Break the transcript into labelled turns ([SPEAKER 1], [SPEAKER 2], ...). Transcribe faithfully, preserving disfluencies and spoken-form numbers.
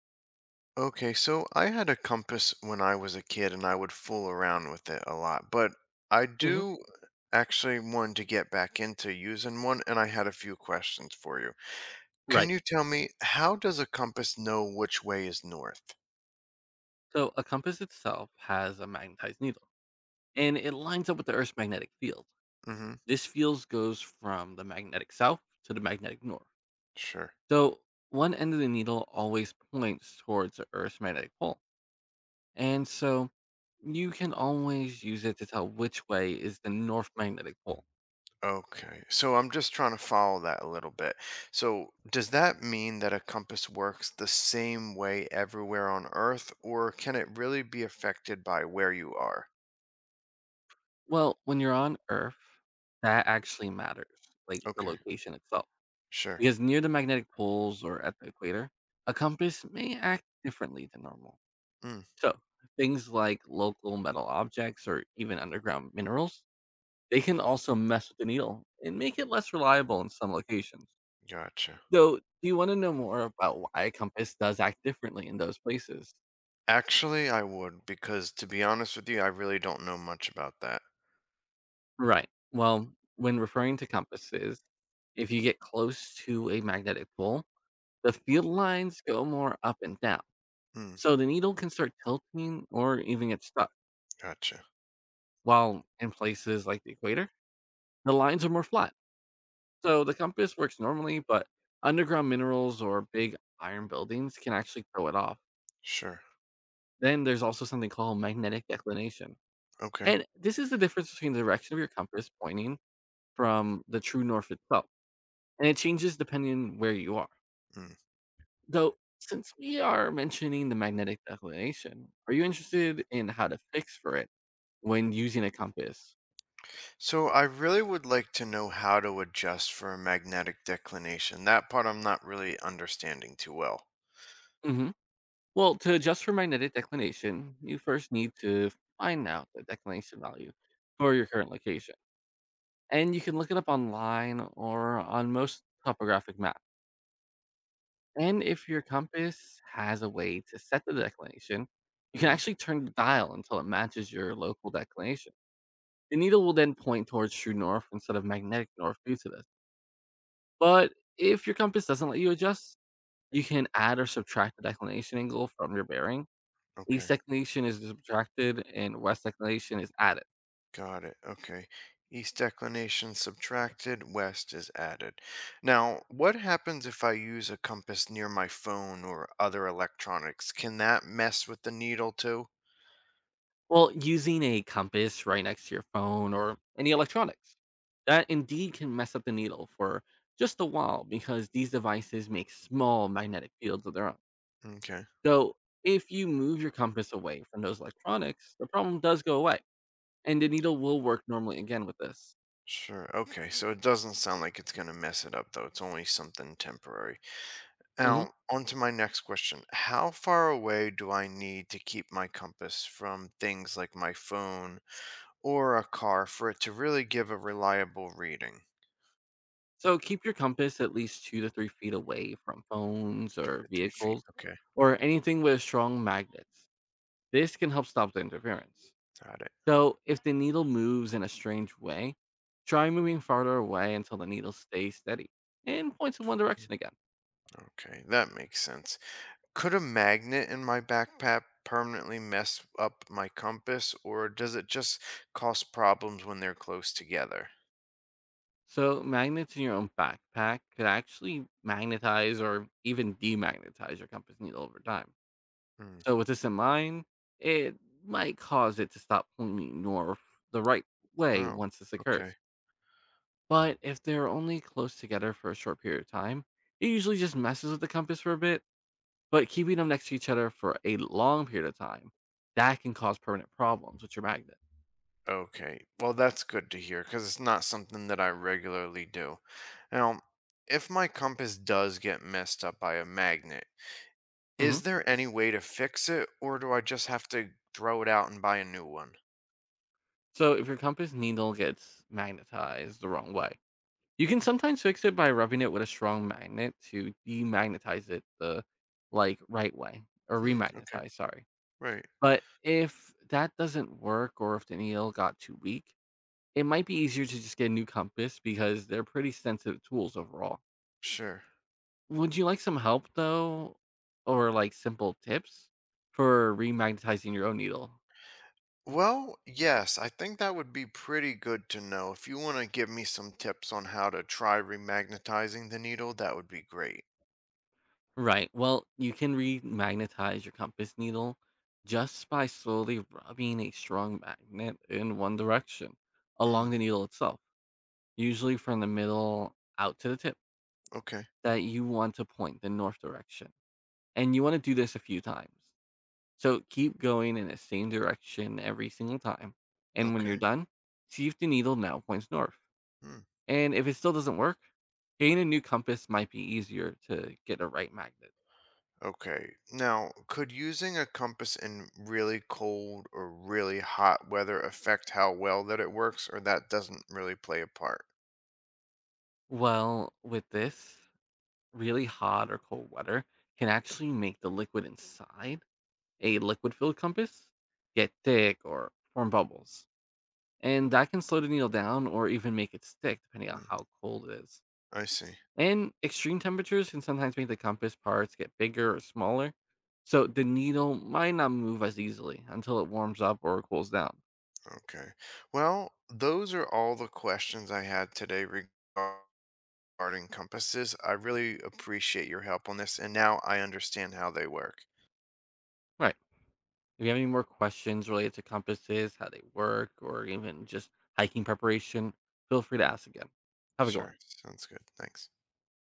[SPEAKER 1] Okay, so I had a compass when I was a kid and I would fool around with it a lot, but I
[SPEAKER 2] Hmm.
[SPEAKER 1] do actually want to get back into using one and I had a few questions for you. Can
[SPEAKER 2] Right.
[SPEAKER 1] you tell me, how does a compass know which way is north?
[SPEAKER 2] So a compass itself has a magnetized needle and it lines up with the Earth's magnetic field.
[SPEAKER 1] Mm-hmm.
[SPEAKER 2] This field goes from the magnetic south to the magnetic north.
[SPEAKER 1] Sure.
[SPEAKER 2] So one end of the needle always points towards the Earth's magnetic pole. And so you can always use it to tell which way is the north magnetic pole.
[SPEAKER 1] Okay. So I'm just trying to follow that a little bit. So does that mean that a compass works the same way everywhere on Earth, or can it really be affected by where you are?
[SPEAKER 2] Well, when you're on Earth, that actually matters, like the
[SPEAKER 1] Okay,
[SPEAKER 2] location itself.
[SPEAKER 1] sure.
[SPEAKER 2] Because near the magnetic poles or at the equator, a compass may act differently than normal.
[SPEAKER 1] Mm,
[SPEAKER 2] So, things like local metal objects or even underground minerals, they can also mess with the needle and make it less reliable in some locations.
[SPEAKER 1] gotcha.
[SPEAKER 2] Though, do you want to know more about why a compass does act differently in those places?
[SPEAKER 1] Actually, I would, because to be honest with you, I really don't know much about that.
[SPEAKER 2] Right. Well, when referring to compasses, if you get close to a magnetic pole, the field lines go more up and down.
[SPEAKER 1] Mm,
[SPEAKER 2] So the needle can start tilting or even get stuck.
[SPEAKER 1] gotcha.
[SPEAKER 2] While in places like the equator, the lines are more flat. So the compass works normally, but underground minerals or big iron buildings can actually throw it off.
[SPEAKER 1] Sure.
[SPEAKER 2] Then there's also something called magnetic declination.
[SPEAKER 1] Okay.
[SPEAKER 2] And this is the difference between the direction of your compass pointing from the true north itself. And it changes depending on where you are.
[SPEAKER 1] Mm.
[SPEAKER 2] Though, since we are mentioning the magnetic declination, are you interested in how to fix for it when using a compass?
[SPEAKER 1] So I really would like to know how to adjust for a magnetic declination. That part I'm not really understanding too well.
[SPEAKER 2] Mm-hmm. Well, to adjust for magnetic declination, you first need to find out the declination value for your current location. And you can look it up online or on most topographic maps. And if your compass has a way to set the declination, you can
[SPEAKER 1] Hmm.
[SPEAKER 2] actually turn the dial until it matches your local declination. The needle will then point towards true north instead of magnetic north due to this. But if your compass doesn't let you adjust, you can add or subtract the declination angle from your bearing. East
[SPEAKER 1] Okay.
[SPEAKER 2] declination is subtracted and west declination is added.
[SPEAKER 1] Got it. Okay. East declination subtracted, west is added. Now, what happens if I use a compass near my phone or other electronics? Can that mess with the needle too?
[SPEAKER 2] Well, using a compass right next to your phone or any electronics. That indeed can mess up the needle for just a while because these devices make small magnetic fields of their own.
[SPEAKER 1] Okay.
[SPEAKER 2] So, if you move your compass away from those electronics, the problem does go away and the needle will work normally again with this.
[SPEAKER 1] Sure. Okay. So it doesn't sound like it's going to mess it up, though. It's only something temporary.
[SPEAKER 2] Mhm.
[SPEAKER 1] Now, on to my next question. How far away do I need to keep my compass from things like my phone or a car for it to really give a reliable reading?
[SPEAKER 2] So, keep your compass at least two to three feet away from phones
[SPEAKER 1] Two
[SPEAKER 2] or
[SPEAKER 1] to three feet.
[SPEAKER 2] vehicles
[SPEAKER 1] Okay.
[SPEAKER 2] or anything with strong magnets. This can help stop the interference.
[SPEAKER 1] Got it.
[SPEAKER 2] So, if the needle moves in a strange way, try moving farther away until the needle stays steady and points in one direction again.
[SPEAKER 1] Okay, that makes sense. Could a magnet in my backpack permanently mess up my compass, or does it just cause problems when they're close together?
[SPEAKER 2] So, magnets in your own backpack could actually magnetize or even demagnetize your compass needle over time.
[SPEAKER 1] Mm.
[SPEAKER 2] So, with this in mind, it might cause it to stop pointing north the right way
[SPEAKER 1] Oh,
[SPEAKER 2] once this occurs.
[SPEAKER 1] okay.
[SPEAKER 2] But if they're only close together for a short period of time, it usually just messes with the compass for a bit. But keeping them next to each other for a long period of time, that can cause permanent problems with your magnet.
[SPEAKER 1] Okay. Well, that's good to hear because it's not something that I regularly do. Now, if my compass does get messed up by a magnet,
[SPEAKER 2] Mhm.
[SPEAKER 1] is there any way to fix it, or do I just have to throw it out and buy a new one?
[SPEAKER 2] So if your compass needle gets magnetized the wrong way, you can sometimes fix it by rubbing it with a strong magnet to demagnetize it the like right way, or
[SPEAKER 1] Hmm. Okay.
[SPEAKER 2] remagnetize, sorry.
[SPEAKER 1] Right.
[SPEAKER 2] But if that doesn't work or if the needle got too weak, it might be easier to just get a new compass because they're pretty sensitive tools overall.
[SPEAKER 1] Sure.
[SPEAKER 2] Would you like some help though, or like simple tips for remagnetizing your own needle?
[SPEAKER 1] Well, yes, I think that would be pretty good to know. If you want to give me some tips on how to try remagnetizing the needle, that would be great.
[SPEAKER 2] Right. Well, you can remagnetize your compass needle just by slowly rubbing a strong magnet in one direction along
[SPEAKER 1] Mm,
[SPEAKER 2] the needle itself, usually from the middle out to the tip
[SPEAKER 1] okay,
[SPEAKER 2] that you want to point the north direction. And you want to do this a few times. So keep going in the same direction every single time. And when
[SPEAKER 1] okay,
[SPEAKER 2] you're done, see if the needle now points north.
[SPEAKER 1] mm,
[SPEAKER 2] And if it still doesn't work, getting a new compass might be easier to get a right magnet.
[SPEAKER 1] okay. Now, could using a compass in really cold or really hot weather affect how well that it works, or that doesn't really play a part?
[SPEAKER 2] Well, with this, really hot or cold weather can actually make the liquid inside a liquid filled compass get thick or form bubbles. And that can slow the needle down or even make it stick, depending on
[SPEAKER 1] Mm,
[SPEAKER 2] how cold it is.
[SPEAKER 1] I see.
[SPEAKER 2] And extreme temperatures can sometimes make the compass parts get bigger or smaller. So the needle might not move as easily until it warms up or cools down.
[SPEAKER 1] Okay. Well, those are all the questions I had today regarding art encompasses. I really appreciate your help on this, and now I understand how they work.
[SPEAKER 2] Right. If you have any more questions related to compasses, how they work, or even just hiking preparation, feel free to ask again. Have a good one.
[SPEAKER 1] Sure, sounds good. Thanks.